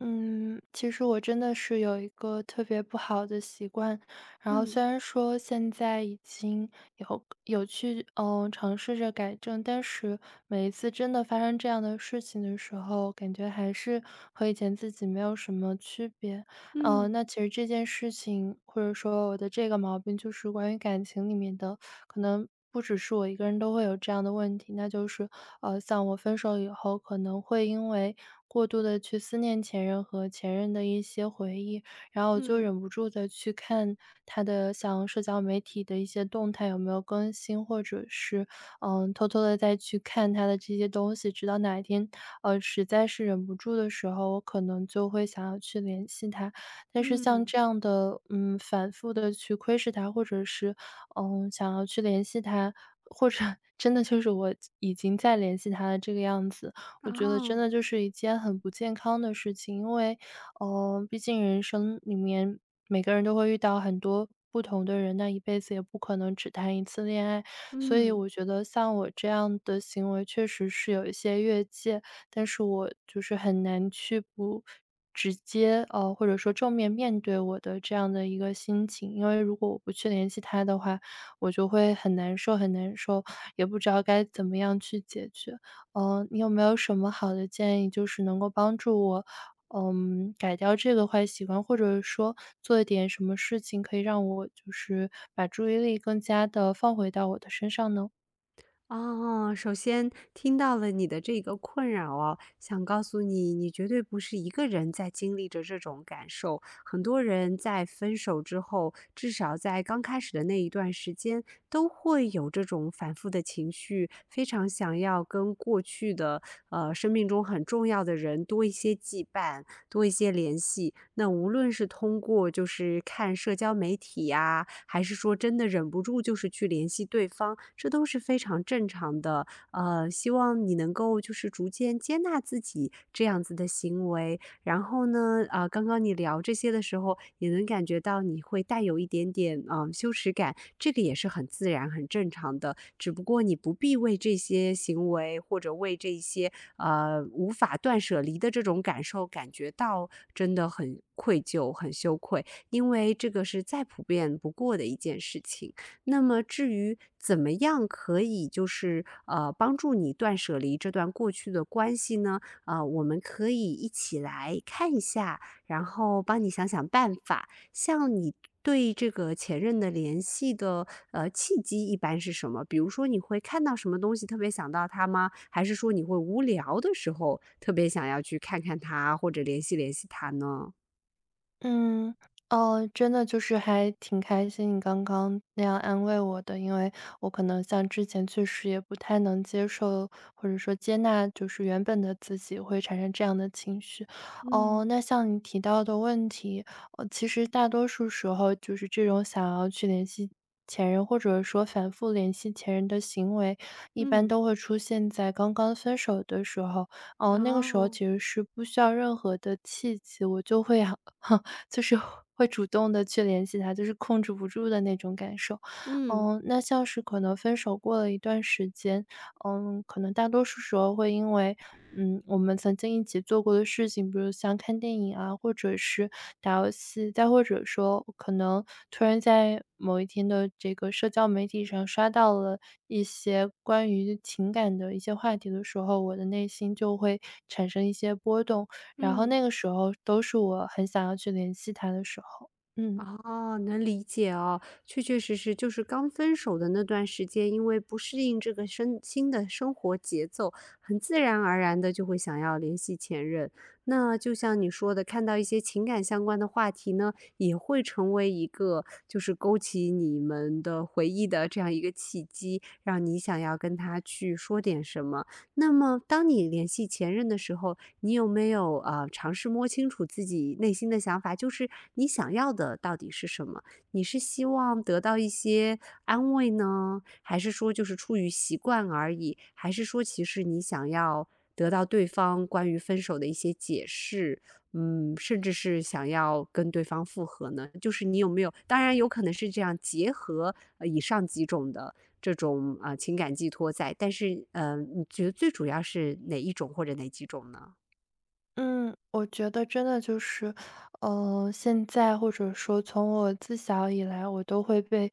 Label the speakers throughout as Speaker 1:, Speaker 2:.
Speaker 1: 嗯，其实我真的是有一个特别不好的习惯，然后虽
Speaker 2: 嗯
Speaker 1: 然说现在已经有去尝试着改正，但是每一次真的发生这样的事情的时候，感觉还是和以前自己没有什么区别。
Speaker 2: 嗯
Speaker 1: 那其实这件事情，或者说我的这个毛病，就是关于感情里面的，可能不只是我一个人都会有这样的问题。那就是，像我分手以后，可能会因为过度的去思念前任和前任的一些回忆，然后我就
Speaker 2: 嗯
Speaker 1: 忍不住的去看他的像社交媒体的一些动态有没有更新，或者是偷偷的再去看他的这些东西，直到哪一天，实在是忍不住的时候，我可能就会想要去联系他。但是像
Speaker 2: 嗯，
Speaker 1: 这样的，嗯，反复的去窥视他，或者是，嗯，想要去联系他，或者真的就是我已经在联系他的这个样子，我觉得真
Speaker 2: 哦，
Speaker 1: 的就是一件很不健康的事情。因为，毕竟人生里面每个人都会遇到很多不同的人，那一辈子也不可能只谈一次恋爱，所以
Speaker 2: 嗯，
Speaker 1: 我觉得像我这样的行为确实是有一些越界。但是我就是很难去不直接，或者说正面面对我的这样的一个心情。因为如果我不去联系他的话，我就会很难受很难受，也不知道该怎么样去解决。你有没有什么好的建议，就是能够帮助我，嗯，改掉这个坏习惯，或者说做一点什么事情，可以让我就是把注意力更加的放回到我的身上呢？
Speaker 2: 哦，首先听到了你的这个困扰哦，想告诉你，你绝对不是一个人在经历着这种感受。很多人在分手之后，至少在刚开始的那一段时间，都会有这种反复的情绪，非常想要跟过去的生命中很重要的人多一些羁绊，多一些联系。那无论是通过就是看社交媒体呀，还是说真的忍不住就是去联系对方，这都是非常正常的。希望你能够就是逐渐接纳自己这样子的行为，然后呢，啊，刚刚你聊这些的时候，也能感觉到你会带有一点点羞耻感，这个也是很自然、很正常的。只不过你不必为这些行为或者为这些无法断舍离的这种感受感觉到真的很愧疚、很羞愧，因为这个是再普遍不过的一件事情。那么至于怎么样可以就是帮助你断舍离这段过去的关系呢？我们可以一起来看一下，然后帮你想想办法。像你对这个前任的联系的，契机一般是什么？比如说你会看到什么东西特别想到他吗？还是说你会无聊的时候特别想要去看看他，或者联系联系他呢？
Speaker 1: 嗯，哦，真的就是还挺开心你刚刚那样安慰我的，因为我可能像之前确实也不太能接受，或者说接纳，就是原本的自己会产生这样的情绪。哦，
Speaker 2: 嗯
Speaker 1: 那像你提到的问题，其实大多数时候就是这种想要去联系前任，或者说反复联系前任的行为，一般
Speaker 2: 嗯，
Speaker 1: 都会出现在刚刚分手的时候。哦，那个时候
Speaker 2: 哦，
Speaker 1: 其实是不需要任何的契机，我就会就是会主动的去联系他，就是控制不住的那种感受。
Speaker 2: 嗯
Speaker 1: 嗯，那像是可能分手过了一段时间，嗯，可能大多数时候会因为，嗯，我们曾经一起做过的事情，比如像看电影啊，或者是打游戏，再或者说可能突然在某一天的这个社交媒体上刷到了一些关于情感的一些话题的时候，我的内心就会产生一些波动。然后
Speaker 2: 嗯。
Speaker 1: 那个时候都是我很想要去联系他的时候，嗯。
Speaker 2: 哦，能理解哦，确确实实就是刚分手的那段时间，因为不适应这个新的生活节奏，很自然而然的就会想要联系前任。那就像你说的，看到一些情感相关的话题呢，也会成为一个就是勾起你们的回忆的这样一个契机，让你想要跟他去说点什么。那么当你联系前任的时候，你有没有尝试摸清楚自己内心的想法？就是你想要的到底是什么？你是希望得到一些安慰呢，还是说就是出于习惯而已？还是说其实你想要得到对方关于分手的一些解释？嗯，甚至是想要跟对方复合呢？就是你有没有？当然有可能是这样结合以上几种的这种情感寄托在。但是，你觉得最主要是哪一种或者哪几种呢？
Speaker 1: 嗯，我觉得真的就是，现在或者说从我自小以来，我都会被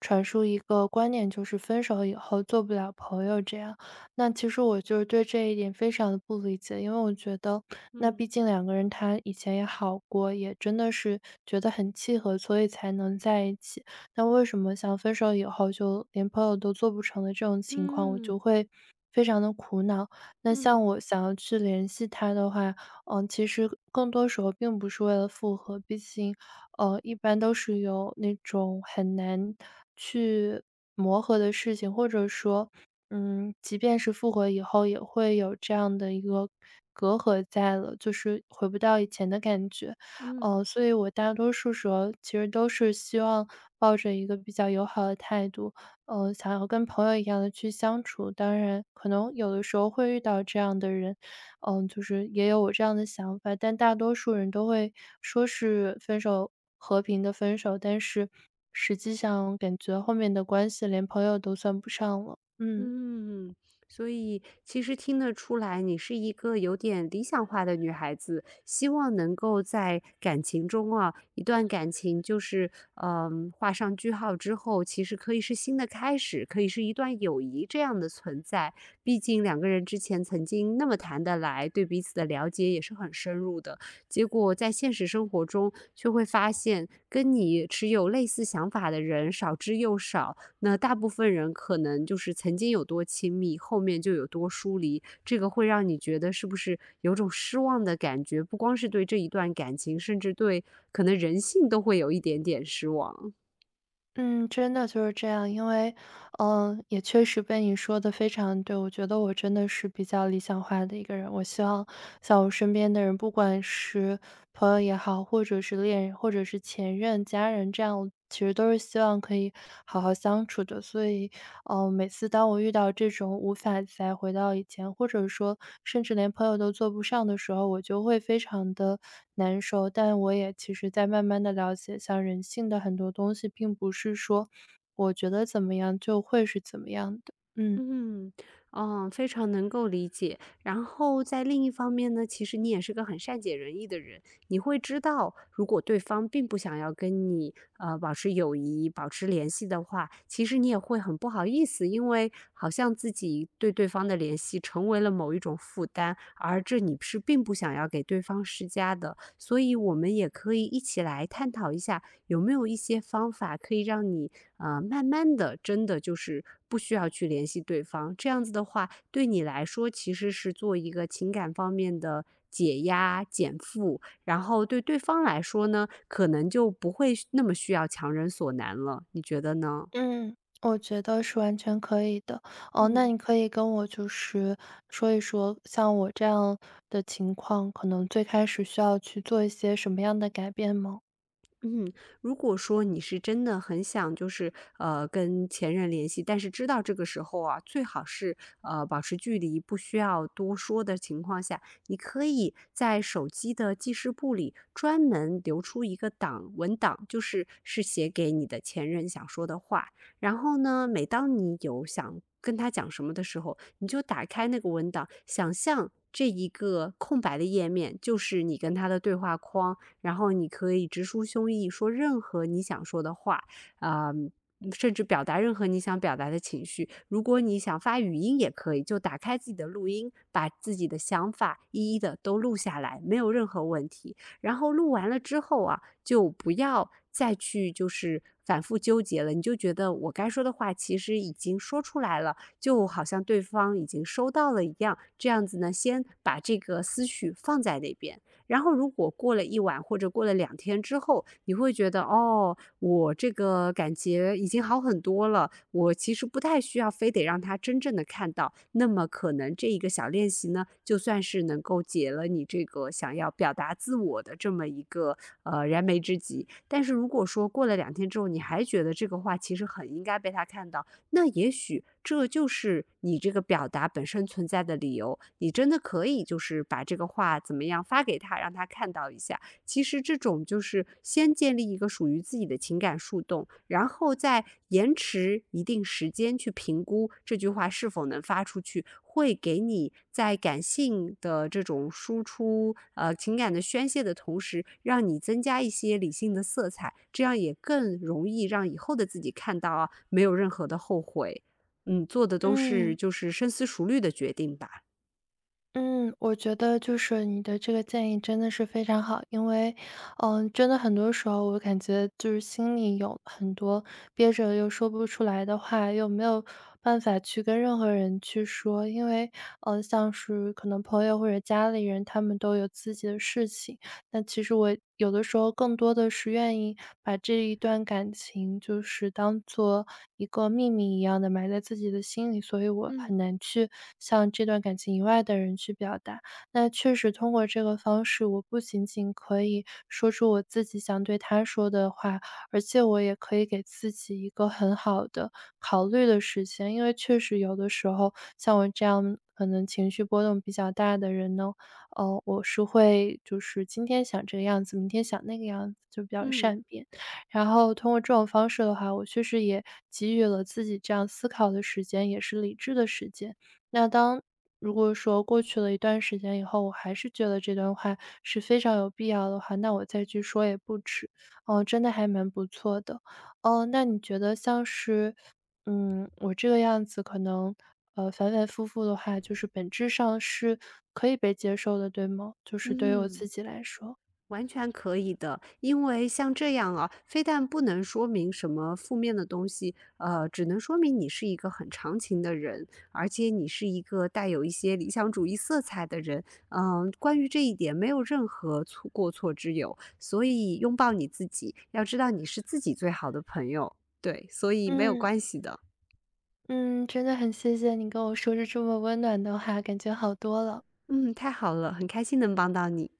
Speaker 1: 传输一个观念，就是分手以后做不了朋友这样。那其实我就是对这一点非常的不理解，因为我觉得那
Speaker 2: 嗯
Speaker 1: 毕竟两个人他以前也好过，也真的是觉得很契合，所以才能在一起。那为什么像分手以后就连朋友都做不成的这种情况，我就
Speaker 2: 嗯
Speaker 1: 会非常的苦恼。那像
Speaker 2: 嗯
Speaker 1: 我想要去联系他的话，嗯，其实更多时候并不是为了复合，毕竟，一般都是有那种很难去磨合的事情，或者说，嗯，即便是复合以后，也会有这样的一个隔阂在了，就是回不到以前的感觉。
Speaker 2: 嗯。
Speaker 1: 所以我大多数时候其实都是希望抱着一个比较友好的态度，想要跟朋友一样的去相处。当然，可能有的时候会遇到这样的人，嗯，就是也有我这样的想法，但大多数人都会说是分手和平的分手，但是实际上感觉后面的关系连朋友都算不上了。嗯
Speaker 2: 嗯，所以其实听得出来，你是一个有点理想化的女孩子，希望能够在感情中啊，一段感情就是，嗯，画上句号之后，其实可以是新的开始，可以是一段友谊这样的存在。毕竟两个人之前曾经那么谈得来，对彼此的了解也是很深入的，结果在现实生活中却会发现，跟你持有类似想法的人少之又少。那大部分人可能就是曾经有多亲密，后面就有多疏离，这个会让你觉得是不是有种失望的感觉？不光是对这一段感情，甚至对可能人性都会有一点点失望。
Speaker 1: 嗯，真的就是这样，因为嗯，也确实被你说的非常对，我觉得我真的是比较理想化的一个人。我希望像我身边的人，不管是朋友也好，或者是恋人，或者是前任、家人，这样其实都是希望可以好好相处的。所以，每次当我遇到这种无法再回到以前，或者说甚至连朋友都做不上的时候，我就会非常的难受。但我也其实在慢慢的了解，像人性的很多东西，并不是说我觉得怎么样就会是怎么样的。嗯，
Speaker 2: 嗯，哦，非常能够理解。然后在另一方面呢，其实你也是个很善解人意的人，你会知道，如果对方并不想要跟你保持友谊、保持联系的话，其实你也会很不好意思，因为好像自己对对方的联系成为了某一种负担，而这你是并不想要给对方施加的。所以，我们也可以一起来探讨一下，有没有一些方法可以让你慢慢的，真的就是不需要去联系对方。这样子的话，对你来说其实是做一个情感方面的解压、减负，然后对对方来说呢，可能就不会那么需要强人所难了，你觉得呢？
Speaker 1: 嗯。我觉得是完全可以的。哦，那你可以跟我就是说一说，像我这样的情况，可能最开始需要去做一些什么样的改变吗？
Speaker 2: 嗯，如果说你是真的很想，就是跟前任联系，但是知道这个时候啊，最好是保持距离，不需要多说的情况下，你可以在手机的记事簿里专门留出一个文档，就是是写给你的前任想说的话。然后呢，每当你有想跟他讲什么的时候，你就打开那个文档，想象。这一个空白的页面就是你跟他的对话框，然后你可以直抒胸臆，说任何你想说的话，啊、呃甚至表达任何你想表达的情绪。如果你想发语音也可以，就打开自己的录音，把自己的想法一一的都录下来，没有任何问题。然后录完了之后啊，就不要再去就是反复纠结了，你就觉得我该说的话其实已经说出来了，就好像对方已经收到了一样。这样子呢，先把这个思绪放在那边。然后如果过了一晚或者过了两天之后，你会觉得哦，我这个感觉已经好很多了，我其实不太需要非得让他真正的看到。那么可能这一个小练习呢，就算是能够解了你这个想要表达自我的这么一个燃眉之急。但是如果说过了两天之后，你还觉得这个话其实很应该被他看到，那也许这就是你这个表达本身存在的理由。你真的可以就是把这个话怎么样发给他，让他看到一下。其实这种就是先建立一个属于自己的情感树洞，然后再延迟一定时间去评估这句话是否能发出去，会给你在感性的这种输出、情感的宣泄的同时，让你增加一些理性的色彩，这样也更容易让以后的自己看到啊，没有任何的后悔。嗯，做的都是
Speaker 1: 嗯。
Speaker 2: 就是深思熟虑的决定吧。
Speaker 1: 嗯，我觉得就是你的这个建议真的是非常好，因为，嗯，真的很多时候我感觉就是心里有很多憋着又说不出来的话，又没有办法去跟任何人去说，因为，嗯，像是可能朋友或者家里人，他们都有自己的事情，那其实我有的时候更多的是愿意把这一段感情，就是当做一个秘密一样的埋在自己的心里，所以我
Speaker 2: 嗯
Speaker 1: 很难去向这段感情以外的人去表达。那确实通过这个方式，我不仅仅可以说出我自己想对他说的话，而且我也可以给自己一个很好的考虑的时间。因为确实有的时候，像我这样可能情绪波动比较大的人呢，哦，我是会就是今天想这个样子，明天想那个样子，就比较
Speaker 2: 嗯
Speaker 1: 善变。然后通过这种方式的话，我确实也给予了自己这样思考的时间，也是理智的时间。那当如果说过去了一段时间以后，我还是觉得这段话是非常有必要的话，那我再去说也不迟。哦，真的还蛮不错的。哦，那你觉得像是嗯，我这个样子可能，反反复复的话，就是本质上是可以被接受的，对吗？就是对于我
Speaker 2: 嗯
Speaker 1: 自己来说。
Speaker 2: 完全可以的，因为像这样啊，非但不能说明什么负面的东西，只能说明你是一个很长情的人，而且你是一个带有一些理想主义色彩的人。嗯、关于这一点，没有任何过错之有，所以拥抱你自己，要知道你是自己最好的朋友，对，所以没有
Speaker 1: 嗯
Speaker 2: 关系的。
Speaker 1: 嗯，真的很谢谢你跟我说着这么温暖的话，感觉好多了。
Speaker 2: 嗯，太好了，很开心能帮到你。